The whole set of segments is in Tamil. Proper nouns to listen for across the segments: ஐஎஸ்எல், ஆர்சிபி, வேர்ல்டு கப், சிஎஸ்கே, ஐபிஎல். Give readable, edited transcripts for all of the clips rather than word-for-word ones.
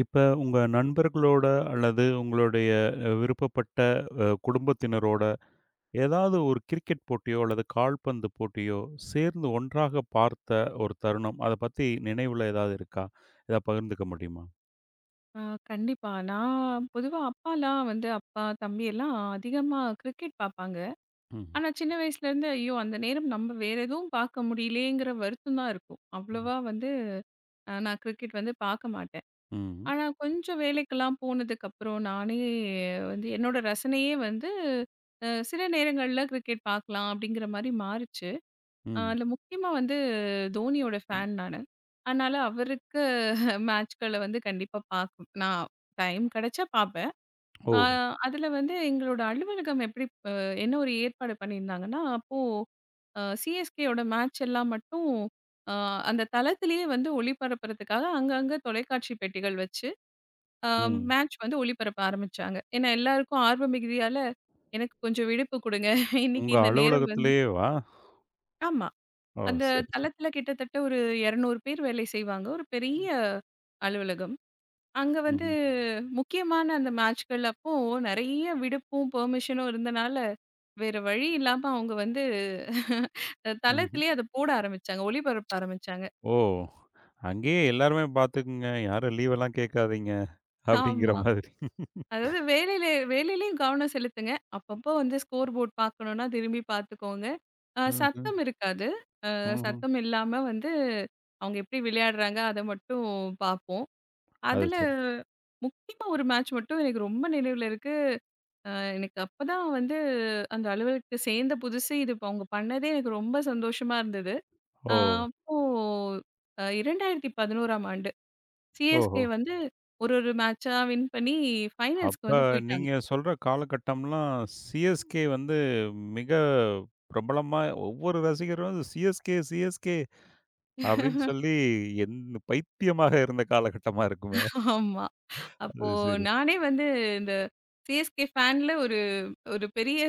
இப்ப உங்க நண்பர்களோட அல்லது உங்களுடைய விருப்பப்பட்ட குடும்பத்தினரோட ஏதாவது ஒரு கிரிக்கெட் போட்டியோ அல்லது கால்பந்து போட்டியோ சேர்ந்து ஒன்றாக பார்த்த ஒரு தருணம் அதை பத்தி நினைவுல ஏதாவது இருக்கா? ஏதாவது பகிர்ந்துக்க முடியுமா? ஆ கண்டிப்பா. நான் பொதுவா அப்பாலாம் வந்து அப்பா, தம்பி எல்லாம் அதிகமா கிரிக்கெட் பார்ப்பாங்க. ம். ஆனா சின்ன வயசுலேருந்து, ஐயோ! அந்த நேரம் நம்ம வேற எதுவும் பார்க்க முடியலயேங்கிற வருத்தம் தான் இருக்கும். ம். அவ்வளவா வந்து நான் கிரிக்கெட் வந்து பார்க்க மாட்டேன். ம். ஆனா கொஞ்சம் வேலைக்கெல்லாம் போனதுக்கப்புறம் நானே வந்து என்னோட ரசனையே வந்து சில நேரங்கள்ல கிரிக்கெட் பார்க்கலாம் அப்படிங்கிற மாரி மாறுச்சு. ம். அதில முக்கியமா வந்து தோனியோட ஃபேன் நானு. அதனால அவருக்கு மேட்ச்கள வந்து கண்டிப்பா பார்க்கும். நான் டைம் கிடைச்சா பார்ப்பேன். ஓ! ஆ அதில வந்து எங்களோட அலுவலகம் எப்படி அ என்ன ஒரு ஏற்பாடு பண்ணியிருந்தாங்கன்னா, அப்போ சிஎஸ்கேயோட மேட்ச் எல்லாம் மட்டும் அ அந்த தளத்திலேயே வந்து ஒளிபரப்புறதுக்காக அங்கங்க தொலைக்காட்சி பெட்டிகள் வச்சு, அ ம். மேட்ச் வந்து ஒளிபரப்ப ஆரம்பிச்சாங்க. ஏன்னா எல்லாருக்கும் ஆர்வம் மிகுதியால, "எனக்கு கொஞ்சம் விடுப்பு குடுங்க. இன்னைக்கு உங்க இந்த நேரம் வந்து". அலுவலகத்திலேயேவா? ஆமா. ஓ! அந்த சரி, சரி. தளத்தில கிட்டத்தட்ட ஒரு 200 பேர் வேலை செய்வாங்க. ஒரு பெரிய அலுவலகம். அங்க வந்து ம்ஹ்ம். முக்கியமான அந்த மேட்ச்கள் அப்போ நெறைய விடுப்பும், பெர்மிஷனும் இருந்தனால, வேற வழி இல்லாம அவங்க வந்து ம்ஹ்ம். தளத்திலேயே அத போட ஆரம்பிச்சாங்க. ஒளிபரப்ப ஆரம்பிச்சாங்க. ஓ! அங்கேயே எல்லாருமே பார்த்துக்குங்க. யாரும் லீவெல்லாம் கேட்காதீங்க. அப்படிங்கிற ஆமா. மாதிரி. அதாவது வேலையிலயும் கவனம் செலுத்துங்க. அப்பப்போ வந்து ஸ்கோர் போர்ட் பார்க்கணும்னா திரும்பி பார்த்துக்கோங்க. ம்ஹ்ம். சத்தம் இருக்காது. ம்ஹ்ம். சத்தம் இல்லாம வந்து அவங்க எப்படி விளையாடுறாங்க, அத மட்டும் பார்ப்போம். அது அதுல சரி. முக்கியமா ஒரு மேட்ச் மட்டும் எனக்கு ரொம்ப நினைவுல இருக்கு. அ எனக்கு அப்பதான் வந்து அந்த அலுவலகத்துக்கு சேர்ந்த புதுசு இது இப்ப அவங்க பண்ணதே எனக்கு ரொம்ப சந்தோஷமா இருந்தது. அ ஓ! அப்போ 2011ஆம் ஆண்டு ஓஹோ! சிஎஸ்கே வந்து ஒரு ஒரு மேட்சா வின் பண்ணி அப்ப ஃபைனல்ஸ்க்கு வந்து போயிட்டாங்க. நீங்க சொல்ற காலகட்டம்லாம் சிஎஸ்கே வந்து மிக பிரபலமா ஒவ்வொரு ரசிகரும் சிஎஸ்கே, சிஎஸ்கே அப்படின்னு சொல்லி என் பைத்தியமாக இருந்த காலகட்டமா இருக்குமே! ஆமா. அப்போ அது சரி. நானே வந்து இந்த சிஎஸ்கே ஃபேன்ல ஒரு ஒரு பெரிய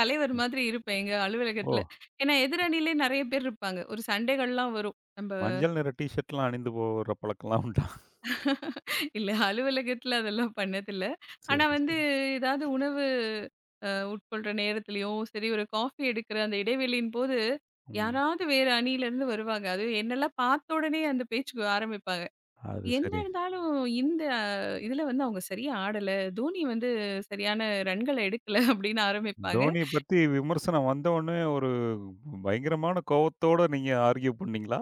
தலைவர் ம். மாதிரி இருப்பேன் எங்க அலுவலகத்துல. ஓ! ஏன்னா எதிரணியிலே நெறைய பேர் இருப்பாங்க. ஒரு சண்டைகள்லாம் வரும். நம்ப மஞ்சள் நிற டீ ஷர்ட்லாம் அணிந்து போற பழக்கம்லாம் உண்டா? இல்ல அலுவலகத்துல அதெல்லாம் பண்ணதில்ல. ஆனா சரி, வந்து சரி. ஏதாவது உணவு உட்கொள்ற நேரத்துலயும் சரி, ஒரு காஃபி எடுக்கிற அந்த இடைவெளியின் போது, ம். யாராவது வேற அணியிலருந்து வருவாங்க. அதுவும் என்னெல்லாம் பார்த்த உடனே அந்த பேச்சுக்கு ஆரம்பிப்பாங்க. அது என்ன சரி. இருந்தாலும் இந்த இதுல வந்து அவங்க சரியா ஆடல. தோனி வந்து சரியான ரன்கள எடுக்கல அப்படின்னு ஆரம்பிப்பாங்க. தோனிய பத்தி விமர்சனம் வந்தவுனே ஒரு பயங்கரமான கோவத்தோட நீங்க ஆர்க்யூ பண்ணீங்களா?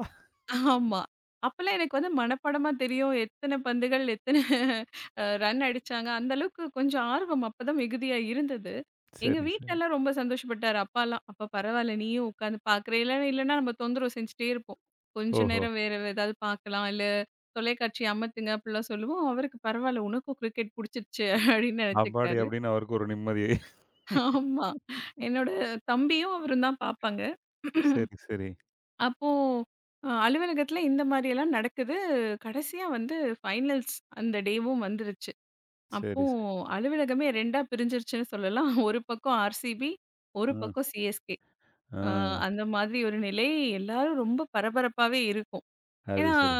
ஆமா. அப்பலாம் எனக்கு வந்து மனப்பாடமா தெரியும். எத்தன பந்துகள், எத்தன ரன் அடிச்சாங்க. அந்த அளவுக்கு கொஞ்சம் ஆர்வம் அப்பதான் மிகுதியா இருந்தது. எங்க சரி, சரி. வீட்லலாம் ரொம்ப சந்தோஷப்பட்டாரு அப்பாலாம். "அப்ப பரவால்ல நீயும் உட்காந்து பார்க்குற. இல்லனா இல்லனா நம்ம தொந்தரவு செஞ்சுட்டே இருப்போம். கொஞ்ச ஓஹோ! நேரம் வேற ஏதாவது பார்க்கலாம். இல்ல தொலைக்காட்சி அமத்துங்க" அப்படிலாம் சொல்லுவோம். அவருக்கு "பரவால்ல உனக்கும் கிரிக்கெட் புடிச்சிருச்சு" அப்படின்னு அப்பாடி நெனச்சுக்கிட்டாரு. அப்படின்னு அவருக்கு ஒரு நிம்மதி. ஆமா. என்னோட தம்பியும் அவரும் தான் பார்ப்பாங்க. சரி, சரி. அப்போ அலுவலகத்தில இந்த மாரியெல்லாம் நடக்குது. கடைசியா வந்து ஃபைனல்ஸ் அந்த டேவும் வந்துருச்சு. அப்போ சரி, சரி. அலுவலகமே 2ஆ பிரிஞ்சிருச்சுன்னு சொல்லலாம். ஒரு பக்கம் ஆர்சிபி, ஒரு ம். பக்கம் சிஎஸ்கே. ஆ. அ அந்த மாதிரி ஒரு நிலை. எல்லாரும் ரொம்ப பரபரப்பாவே இருக்கும். அது ஏன்னா, சரி.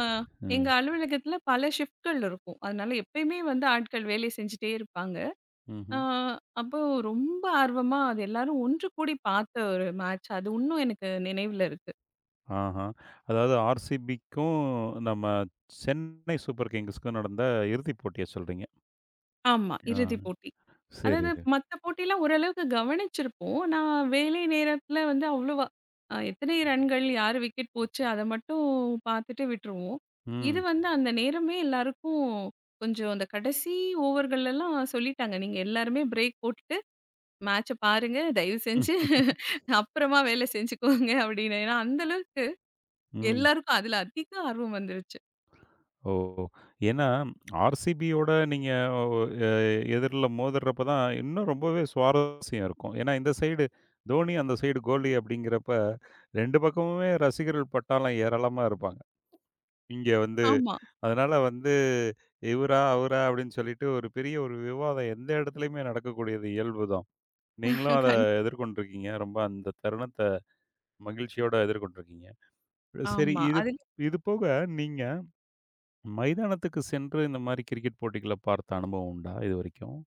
ம். எங்க அலுவலகத்தில பல ஷிஃப்ட்கள் இருக்கும். அதனால எப்பயுமே வந்து ஆட்கள் வேலை செஞ்சுட்டே இருப்பாங்க. அ ம்ஹ்ம். அப்போ ரொம்ப ஆர்வமா அது எல்லாரும் ஒன்று கூடி பார்த்த ஒரு மேட்ச். அது இன்னும் எனக்கு நினைவுல இருக்கு. ஆஹா. அதாவது ஆர்சிபிக்கும், நம்ம சென்னை சூப்பர் கிங்ஸ்க்கும் நடந்த இறுதிப் போட்டிய சொல்றீங்க. ஆமா. ஆ. இறுதிப் போட்டி. அதாவது சரிங்க. மத்த போட்டிலாம் ஓரளவுக்கு கவனிச்சிருப்போம். நான் வேலை நேரத்தில வந்து அவ்வளவா எத்தனை ரன்கள், யார் விக்கெட் போச்சு அத மட்டும் பார்த்துட்டு விட்டுருவோம். இது ம். வந்து அந்த நேரமே எல்லாருக்கும் கொஞ்சம் அந்த கடைசி ஓவர்கள்லலாம் சொல்லிட்டாங்க. நீங்க எல்லாருமே பிரேக் போட்டுட்டு மேட்ச பாருங்க. தயவு செஞ்சு அப்புறமா வேலை செஞ்சுக்கோங்க அப்படின்னு. ஏன்னா அந்த அளவுக்கு ம். எல்லாருக்கும் அதுல அதிக ஆர்வம் வந்துருச்சு. ஓ! ஏன்னா, ஆர்சிபியோட நீங்க ஒ எ எதிர்ல மோதுறப்ப தான் இன்னும் ரொம்பவே சுவாரஸ்யம் இருக்கும். ஏன்னா, இந்த சைடு தோனி, அந்த சைடு கோலி அப்படிங்கிறப்ப 2 பக்கமுமே ரசிகர்கள் பட்டாளம் ஏராளமா இருப்பாங்க. இங்க வந்து ஆமா. அதனால வந்து, இவரா? அவரா? அப்படின்னு சொல்லிட்டு ஒரு பெரிய ஒரு விவாதம் எந்த இடத்துலயுமே நடக்கக்கூடியது இயல்பு தான். நீங்களும் அத கண் எதிர்கொண்டிருக்கீங்க. ரொம்ப அந்த தருணத்த மகிழ்ச்சியோட எதிர்கொண்டிருக்கீங்க. சரி, ஆமா. இது அதுல இது போக நீங்க மைதானத்துக்கு சென்று இந்த மாரி கிரிக்கெட் போட்டிகள பார்த்த அனுபவம் உண்டா இதுவரைக்கும்?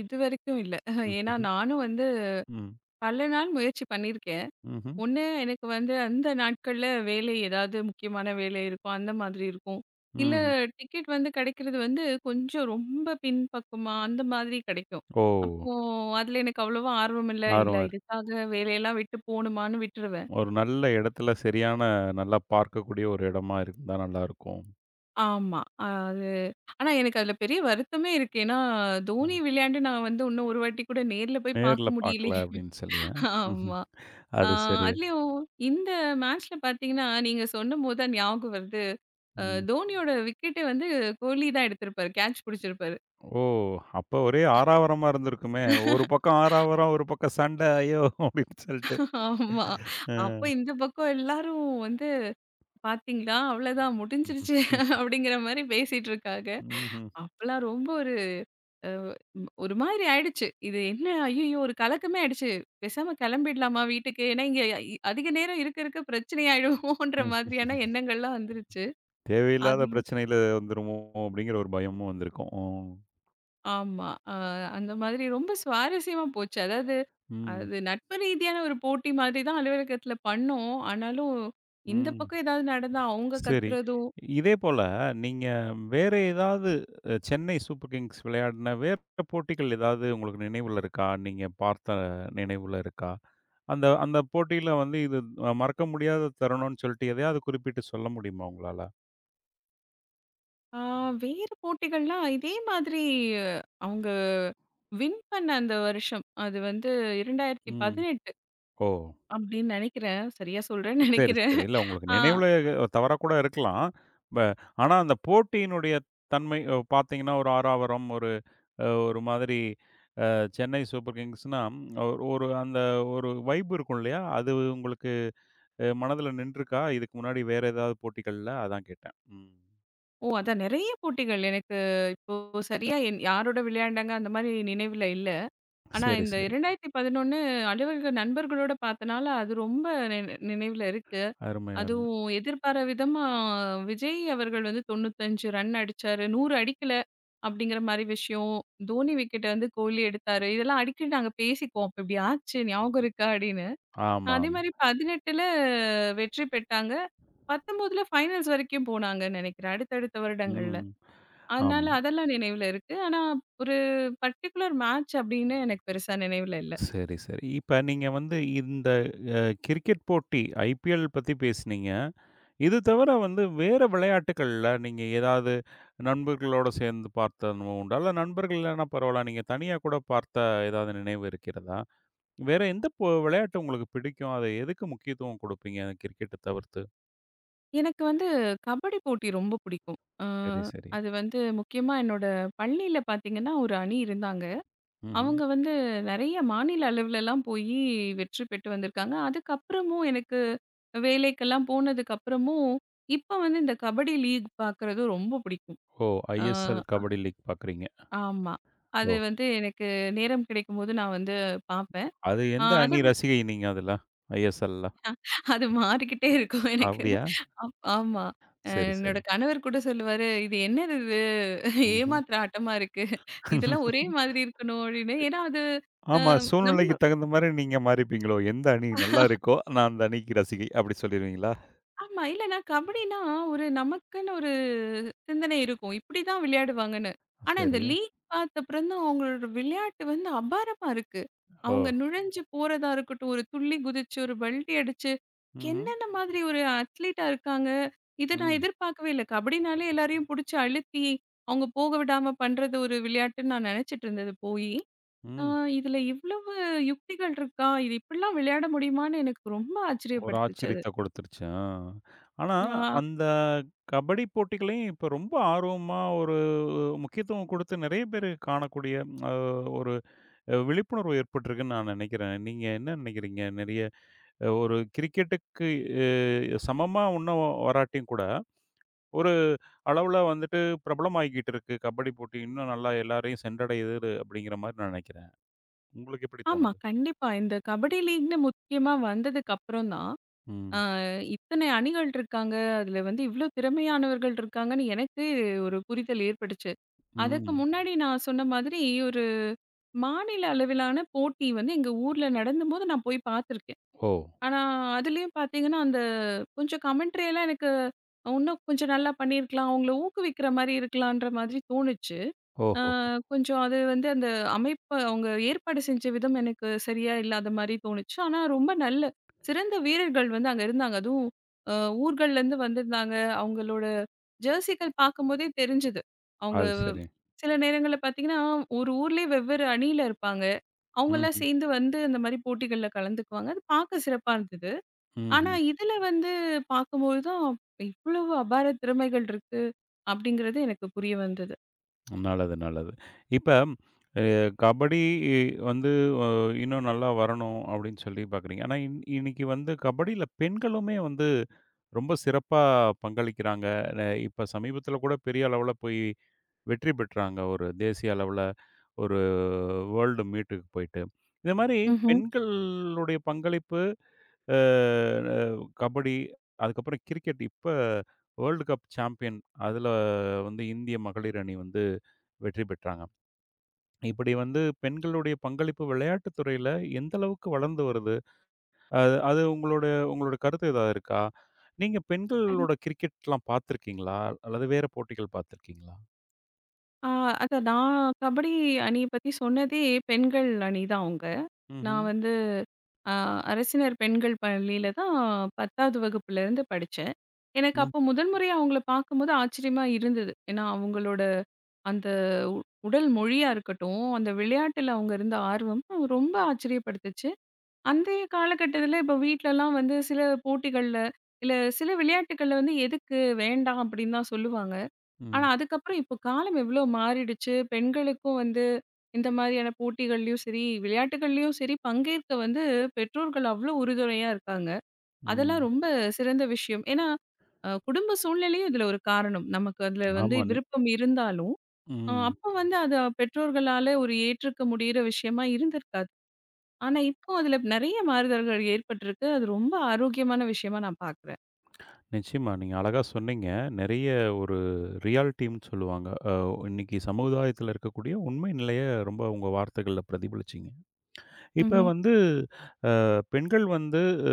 இதுவரைக்கும் இல்ல. ஏன்னா ம்ஹ்ஹ்ம். நானும் வந்து ம். பல நாள் முயற்சி பண்ணியிருக்கேன். ம்ஹ்ம். ஒண்ணு எனக்கு வந்து அந்த நாட்கள்ல வேலை ஏதாவது முக்கியமான வேலை இருக்கும். அந்த மாதிரி இருக்கும். இல்ல ம். டிக்கெட் வந்து கிடைக்கிறது வந்து கொஞ்சம் ரொம்ப பின்பக்கமா அந்த மாதிரி கிடைக்கும். ஓ! அப்போ அதுல எனக்கு அவ்வளவா ஆர்வம் இல்ல. இல்ல ஆர்வம் இருக்கு. இதுக்காக வேலையெல்லாம் விட்டு போணுமான்னு விட்டுருவேன். ஒரு நல்ல இடத்துல சரியான நல்லா பார்க்கக்கூடிய ஒரு இடமா இருந்தா நல்லாருக்கும். ஆமா. அது ஆனா எனக்கு அதுல பெரிய வருத்தமே இருக்கு. ஏன்னா தோனி ம். விளையாண்டு நான் வந்து இன்னும் ஒரு வாட்டி கூட நேர்ல போய் நேர்ல பார்க்க பார்க்கல முடியலையே. அப்படின்னு சொல்லி. ஆ. ம்ஹ்ம். ஆமா. ஆ அது சரி. அதுலயும் இந்த மேட்ச்ல பார்த்தீங்கன்னா, நீங்க சொன்னபோது தான் ஞாபகம் வருது. அ ம். தோனியோட விக்கெட்டே வந்து கோலி தான் எடுத்திருப்பாரு. கேட்ச் பிடிச்சிருப்பாரு. ஓ! அப்ப ஒரே ஆரவாரமா இருந்திருக்குமே. ஒரு பக்கம் ஆரவாரம், ஒரு பக்கம் சண்டை. ஐயோ! அப்படின்னு சொல்லிட்டு. ஆமா. அப்ப அ. இந்த பக்கம் எல்லாரும் வந்து பார்த்தீங்களா, அவ்வளோதான் ம்ஹ்ம். முடிஞ்சிருச்சு ம். அப்படிங்கிற மாரி பேசிட்டு இருக்காங்க. ம்ஹ்ம். அப்பலாம் ரொம்ப ஒரு அ ஒரு மாதிரி ஆயிடுச்சு. இது என்ன ஐய்யயோ! ஒரு கலக்கமே ஆயிடுச்சு. பேசாம கிளம்பிடலாமா வீட்டுக்கு? ஏன்னா இங்க அதிக நேரம் இருக்க இருக்க பிரச்சனை ஆயிடுவோன்ற ம். மாதிரியான எண்ணங்கள்லாம் வந்துருச்சு. தேவையில்லாத அது பிரச்சனையில வந்துருமோ! அப்படிங்கிற ஒரு பயமும் வந்திருக்கும். ம். ஆமா. அந்த மாதிரி ரொம்ப சுவாரஸ்யமா போச்சு. அதாவது, ம். அது நட்பு ரீதியான ஒரு போட்டி மாதிரி தான் அலுவலகத்தில பண்ணோம். ஆனாலும் இந்த ம். பக்கம் ஏதாவது நடந்தா அவங்க சரி. கத்துறதும், இதே போல நீங்க வேற ஏதாவது சென்னை சூப்பர் கிங்ஸ் விளையாடின வேற போட்டிகள் ஏதாவது உங்களுக்கு நினைவுல இருக்கா? நீங்க பார்த்த நினைவுல இருக்கா? அந்த அந்த போட்டியில வந்து இது மறக்க முடியாத தருணம்னு சொல்லிட்டு எதையாவது குறிப்பிட்டு சொல்ல முடியுமா உங்களால? ஆ வேறு போட்டிகள்லாம் இதே மாதிரி அவங்க வின் பண்ண அந்த வருஷம். அது வந்து ம். 2018 ஓ! அப்படின்னு நினைக்கிறேன். சரியா சொல்றேன்னு சரி, நினைக்கிறேன். சரி. இல்ல உங்களுக்கு ஆ நினைவுல தவறா கூட இருக்கலாம். ப ஆனா அந்த போட்டியினுடைய தன்மை பார்த்தீங்கன்னா, ஒரு ஆறாவரம், ஒரு ஒரு மாதிரி சென்னை சூப்பர் கிங்ஸ்னா, ஒரு ஒரு அந்த ஒரு வைப் இருக்கும் இல்லையா? அது உங்களுக்கு மனதில நின்றுருக்கா? இதுக்கு முன்னாடி வேற ஏதாவது போட்டிகள்ல? அதான் கேட்டேன். ம். ஓ! அதான் நெறைய போட்டிகள் எனக்கு இப்போ சரியா யாரோட விளையாண்டாங்க அந்த மாதிரி நினைவில இல்ல. ஆனா, சரி, இந்த சரி. 2011 அலுவலக நண்பர்களோட பார்த்தனால, அது ரொம்ப நினை நினைவுல இருக்கு. அருமை, அருமை. அதுவும் எதிர்பாரா விதமா விஜய் அவர்கள் வந்து 95 ரன் அடிச்சாரு. 100 அடிக்கல அப்படிங்கிற மாரி விஷயம். தோனி விக்கெட்ட வந்து கோலி எடுத்தாரு. இதெல்லாம் அடிக்கடி நாங்க பேசிக்குவோம். "அப்ப இப்படி ஆச்சு ஞாபகம் இருக்கா?" அப்படின்னு. ஆமா, அதே ஆமா. மாரி 18ல வெற்றி பெற்றாங்க. 19ல ஃபைனல்ஸ் வரைக்கும் போனாங்கன்னு நெனைக்கிறேன். அடுத்தடுத்த வருடங்கள்ல. ம். அதனால ஆமா. அதெல்லாம் நினைவுல இருக்கு. ஆனா, ஒரு பர்ட்டிகுலர் மேட்ச் அப்படின்னு எனக்கு பெருசா நினைவுல இல்ல. சரி, சரி. இப்ப நீங்க வந்து இந்த கிரிக்கெட் போட்டி ஐபிஎல் பத்தி பேசினீங்க. இது தவிர வந்து வேற விளையாட்டுக்கள்ல நீங்க ஏதாவது நண்பர்களோட சேர்ந்து பார்த்த அனுபவம் உண்டா? இல்ல நண்பர்கள் இல்லன்னா பரவால்ல. நீங்க தனியா கூட பார்த்த ஏதாவது நினைவு இருக்கிறதா? வேற எந்த விளையாட்டு உங்களுக்கு பிடிக்கும்? அத எதுக்கு முக்கியத்துவம் குடுப்பீங்க? கிரிக்கெட்ட தவிர்த்து. எனக்கு வந்து கபடி போட்டி ரொம்ப பிடிக்கும். அ சரி, சரி. அது வந்து முக்கியமா என்னோட பள்ளியில பார்த்தீங்கன்னா, ஒரு அணி இருந்தாங்க. ம்ஹ்ம். அவங்க வந்து நெறைய மாநில அளவுலலாம் போயி வெற்றி பெற்று வந்திருக்காங்க. அதுக்கப்புறமும் எனக்கு வேலைக்கெல்லாம் போனதுக்கப்புறமும், இப்ப வந்து இந்த கபடி லீக் பார்க்குறது ரொம்ப பிடிக்கும். ஓ! அ ஐஎஸ்எல் கபடி லீக் பார்க்குறீங்க. ஆமா. அது ஓ! வந்து எனக்கு நேரம் கிடைக்கும்போது நான் வந்து பார்ப்பேன். அது அ எந்த அது அணி ரசிகை நீங்க அதுல? ஐஎஸ்எல்ல. அது மாறிக்கிட்டே இருக்கும் எனக்கு. அப்படியா? ஆமா. சரி, சரி. என்னோட கணவர் கூட சொல்லுவாரு, "இது என்னது இது? ம்ஹ்ம். ஏமாத்துற ஆட்டமா இருக்கு. இதெல்லாம் ஒரே மாதிரி இருக்கணும் அப்படின்னு. ஏன்னா அது அ ஆமா. நம்ப சூழ்நிலைக்கு தகுந்த மாரி நீங்க மாறிப்பீங்களோ? எந்த அணி நல்லா இருக்கோ, நான் அந்த அணிக்கு ரசிகை அப்படி சொல்லிருவீங்களா? ஆமா. இல்லன்னா கபடின்னா ஒரு நமக்குன்னு ஒரு சிந்தனை இருக்கும். இப்படிதான் விளையாடுவாங்கன்னு. ஆனா இந்த சரி. லீக் பார்த்தப்புறம் தான் அவங்களோட விளையாட்டு வந்து அபாரமா இருக்கு. ஓ! அவங்க நுழைஞ்சு போறதா இருக்கட்டும், ஒரு துள்ளி குதிச்சு, ஒரு பல்டி அடிச்சு, ம்ஹ்ம். என்னென்ன மாதிரி ஒரு அத்லீட்டா இருக்காங்க. இத நான் ம். எதிர்பார்க்கவே இல்ல. கபடினாலே எல்லாரையும் புடிச்சு அழுத்தி, அவங்க போக விடாம பண்றது ஒரு விளையாட்டுன்னு நான் நினைச்சுட்டு இருந்தது போயி, ஆ ம். இதுல இவ்வளவு யுக்திகள் இருக்கா? இது இப்படிலாம் விளையாட முடியுமான்னு எனக்கு ரொம்ப ஒரு ஆச்சரியப்படுத்துச்சு அது. ஆச்சரியத்த கொடுத்துருச்சு. ஆ. ஆனா, ஆ அந்த கபடி போட்டிகளையும் இப்ப ரொம்ப ஆர்வமா ஒரு முக்கியத்துவம் கொடுத்து நெறைய பேரு காணக்கூடிய அ ஒரு விழிப்புணர்வு ஏற்பட்டிருக்குன்னு நான் நெனைக்கிறேன். நீங்க என்ன நெனைக்கிறீங்க? நெறைய ஒரு கிரிக்கெட்டுக்கு சமமா இன்னும் வராட்டியும் கூட, ஒரு அளவுல வந்துட்டு பிரபலமாகிக்கிட்டு இருக்கு. கபடி போட்டி இன்னும் நல்லா எல்லாரையும் சென்றடையுது அப்படிங்கிற மாரி நான் நெனைக்கிறேன். உங்களுக்கு எப்படி ஆமா, தோணுது? கண்டிப்பா. இந்த கபடி லீக்ன்னு முக்கியமா வந்ததுக்கு அப்புறம் தான், ஆ ம். இத்தனை அணிகள் இருக்காங்க. அதுல வந்து இவ்ளோ திறமையானவர்கள் இருக்காங்கன்னு எனக்கு ஒரு புரிதல் ஏற்பட்டுச்சு. அதுக்கு ம். முன்னாடி நான் சொன்ன மாதிரி ஒரு மாநில அளவிலான போட்டி வந்து எங்க ஊர்ல நடந்தும்போது நான் போய் பார்த்துருக்கேன். ஓ! ஆனா, அதுலயும் பார்த்தீங்கன்னா, அந்த கொஞ்சம் கமெண்ட்ரி எல்லாம் எனக்கு இன்னும் கொஞ்சம் நல்லா பண்ணியிருக்கலாம். அவங்கள ஊக்குவிக்கிற மாரி இருக்கலான்ற மாதிரி தோணுச்சு. அ ஓஹோஹோ! கொஞ்சம் அது வந்து அந்த அமைப்பு அவங்க ஏற்பாடு செஞ்ச விதம் எனக்கு சரியா இல்லாத மாரி தோணுச்சு. ஆனா ரொம்ப நல்ல சிறந்த வீரர்கள் வந்து அங்க இருந்தாங்க. அதுவும் அ ஊர்கள்லேருந்து வந்திருந்தாங்க. அவங்களோட ஜெர்சிகள் பார்க்கும்போதே தெரிஞ்சது. அவங்க அது சரி. சில நேரங்கள்ல பார்த்தீங்கன்னா, ஒரு ஊர்லயே வெவ்வேறு அணியில இருப்பாங்க. அவங்கலாம் ம்ஹ்ம். சேர்ந்து வந்து இந்த மாரி போட்டிகள்ல கலந்துக்குவாங்க. அது பார்க்க சிறப்பா இருந்தது. ஆனா, ம்ஹ்ம். இதுல வந்து பார்க்கும்போது தான், இவ்வளவு அபார திறமைகள் இருக்கு அப்படிங்கிறது எனக்கு புரிய வந்தது. நல்லது, நல்லது. இப்ப அ கபடி வந்து அ இன்னும் நல்லா வரணும் அப்படின்னு சொல்லி பார்க்குறீங்க. ஆனா இன்னைக்கு வந்து கபடியில பெண்களுமே வந்து ரொம்ப சிறப்பா பங்களிக்கிறாங்க. ந இப்ப சமீபத்தில கூட பெரிய அளவுல போய் வெற்றி பெற்றாங்க. ஒரு தேசிய அளவுல ஒரு வேர்ல்டு மீட்டுக்கு போயிட்டு. இந்த மாரி ம்ஹ்ம். பெண்களுடைய பங்களிப்பு அ அ கபடி, அதுக்கப்புறம் கிரிக்கெட் இப்ப வேர்ல்டு கப் சாம்பியன் அதுல வந்து இந்திய மகளிர் அணி வந்து வெற்றி பெற்றாங்க. இப்படி வந்து பெண்களுடைய பங்களிப்பு விளையாட்டுத் துறையில எந்த அளவுக்கு வளர்ந்து வருது? அது அது உங்களோட உங்களோட கருத்து ஏதாவது இருக்கா? நீங்க அண்ட் பெண்களோட கிரிக்கெட்லாம் பார்த்துருக்கீங்களா? அல்லது வேற போட்டிகள் பார்த்துருக்கீங்களா? ஆ அத நான் கபடி அணிய பத்தி சொன்னதே பெண்கள் அணி தான் அவங்க. ம்ஹ்ம். நான் வந்து அ அரசினர் பெண்கள் பள்ளியில தான் 10வது வகுப்புலேருந்து படிச்சேன். எனக்கு ம். அப்போ முதல் முறையா அவங்கள பார்க்கும்போது ஆச்சரியமா இருந்தது. ஏன்னா, அவங்களோட அந்த உ உடல் மொழியா இருக்கட்டும், அந்த விளையாட்டுல அவங்க இருந்த ஆர்வம் ரொம்ப ஆச்சரியப்படுத்துச்சு. அந்தைய காலகட்டத்துல இப்ப வீட்லலாம் வந்து சில போட்டிகள்ல, இல்ல சில விளையாட்டுக்கள்ல வந்து எதுக்கு வேண்டாம் அப்படின்னு தான் சொல்லுவாங்க. ஆனா ம். அதுக்கப்புறம் இப்ப காலம் எவ்ளோ மாறிடுச்சு. பெண்களுக்கும் வந்து இந்த மாதிரியான போட்டிகள்லயும் சரி, விளையாட்டுகள்லயும் சரி பங்கேற்க வந்து பெற்றோர்கள் அவ்ளோ உறுதுணையா இருக்காங்க. அதெல்லாம் ம். ரொம்ப சிறந்த விஷயம். ஏன்னா, குடும்ப சூழ்நிலையும் இதுல ஒரு காரணம். நமக்கு அதுல வந்து ஆமா. விருப்பம் இருந்தாலும், அ ம். அப்ப வந்து அத பெற்றோர்களால ஒரு ஏற்றுக்க முடியிற விஷயமா இருந்திருக்காது. ஆனா, இப்போ அதுல நெறைய மாறுதல்கள் ஏற்பட்டிருக்கு. அது ரொம்ப ஆரோக்கியமான விஷயமா நான் பார்க்குறேன். நிச்சயமா. நீங்க அழகா சொன்னீங்க. நெறைய ஒரு ரியல் டீம்ன்னு சொல்லுவாங்க. இன்னைக்கு சமுதாயத்துல இருக்கக்கூடிய உண்மை நிலைய ரொம்ப உங்க வார்த்தைகள்ல பிரதிபலிச்சீங்க. இப்ப ம்ஹ்ம். வந்து பெண்கள் வந்து அ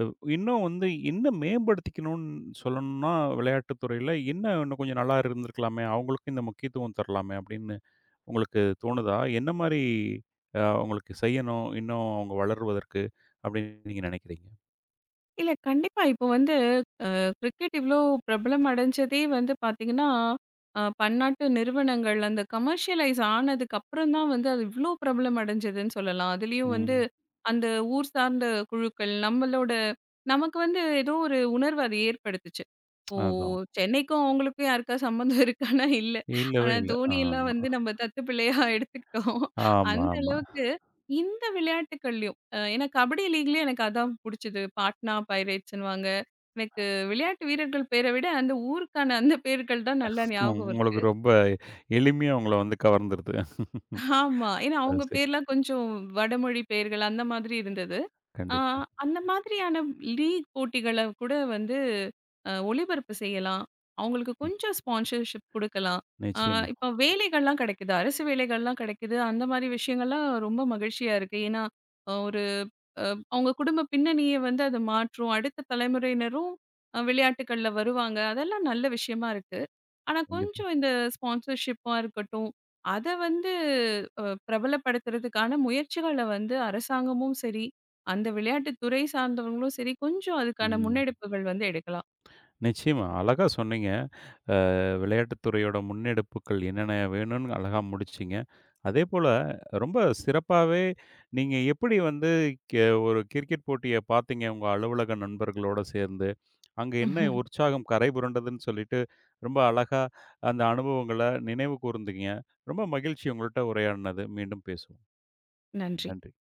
அ இன்னும் வந்து என்ன மேம்படுத்திக்கணும்னு சொல்லணும்னா, விளையாட்டுத் துறையில என்ன இன்னும் கொஞ்சம் நல்லா இருந்திருக்கலாமே! அவங்களுக்கும் இந்த முக்கியத்துவம் தரலாமே! அப்படின்னு உங்களுக்கு தோணுதா? என்ன மாரி அவங்களுக்கு செய்யணும், இன்னும் அவங்க வளருவதற்கு அப்படின்னு நீங்க நினைக்கிறீங்க? இல்ல கண்டிப்பா இப்போ வந்து கிரிக்கெட் இவ்ளோ பிரபலம் அடைஞ்சதே வந்து பார்த்தீங்கன்னா, அ பன்னாட்டு நிறுவனங்கள் அந்த கமர்ஷியலைஸ் ஆனதுக்கு அப்புறம் தான் வந்து அது இவ்ளோ பிரபலம் அடைஞ்சதுன்னு சொல்லலாம். அதுலயும் வந்து ம். அந்த ஊர் சார்ந்த குழுக்கள் நம்மளோட நமக்கு வந்து ஏதோ ஒரு உணர்வு அது ஏற்படுத்துச்சு. ஓ! அதான். சென்னைக்கும் அவங்களுக்கும் யாருக்கா சம்மந்தம் இருக்கான்னா இல்ல. இல்லவே ஆனா இல்ல. தோனியெல்லாம் ஆமா. வந்து நம்ம தத்து பிள்ளையா எடுத்துக்கிட்டோம். ஆமா, அந்த ஆமா. அளவுக்கு இந்த விளையாட்டுக்கள்லயும், ஏன்னா கபடி லீக்லயும் எனக்கு அதான் புடிச்சது. பாட்னா பைரேட்ஸ்ன்னுவாங்க. எனக்கு விளையாட்டு வீரர்கள் பேர விட, அந்த ஊருக்கான அந்த பேர்கள் தான் நல்லா ம். ஞாபகம் இருக்கு. உங்களுக்கு ரொம்ப எளிமையா உங்கள வந்து கவர்ந்துருது. ஆமா. ஏன்னா அது அவங்க சரி. பேர்லாம் கொஞ்சம் வடமொழி பெயர்கள் அந்த மாதிரி இருந்தது. ஆ கண்டிப்பா. அந்த மாதிரியான லீக் போட்டிகள கூட வந்து ஒளிபரப்பு செய்யலாம். அவங்களுக்கு ம். கொஞ்சம் ஸ்பான்சர்ஷிப் குடுக்கலாம். ஆ நிச்சயமா, இப்ப வேலைகள்லாம் கிடைக்குது. அரசு வேலைகள்லாம் கிடைக்குது. அந்த மாரி விஷயங்கள்லாம் ரொம்ப மகிழ்ச்சியா இருக்கு. ஏன்னா, ஒரு அ அவங்க குடும்ப பின்னணிய வந்து அது மாற்றும். அடுத்த தலைமுறையினரும் விளையாட்டுக்கள்ல வருவாங்க. அதெல்லாம் நல்ல விஷயமா இருக்கு. ஆனா, கண்டிப்பா. கொஞ்சம் இந்த ஸ்பான்சர்ஷிப்பா இருக்கட்டும், அத வந்து பிரபலப்படுத்துறதுக்கான முயற்சிகள வந்து அரசாங்கமும் சரி, அந்த விளையாட்டுத் துறை சார்ந்தவங்களும் சரி, கொஞ்சம் அதுக்கான ம். முன்னெடுப்புகள் வந்து எடுக்கலாம். நிச்சயமா. அழகா சொன்னீங்க. அ விளையாட்டுத்துறையோட முன்னெடுப்புகள் என்னென்ன வேணும்னு அழகா முடிச்சீங்க. அதேபோல ரொம்ப சிறப்பாவே நீங்க எப்படி வந்து ஒரு கிரிக்கெட் போட்டிய பார்த்தீங்க உங்க அலுவலக நண்பர்களோட சேர்ந்து? அங்க என்ன உற்சாகம் கரைபுரண்டதுன்னு சொல்லிட்டு, ரொம்ப அழகா அந்த அனுபவங்கள நினைவு கூர்ந்தீங்க. ரொம்ப மகிழ்ச்சி உங்கள்ட்ட உரையாடினது. மீண்டும் பேசுவோம். நன்றி. நன்றி.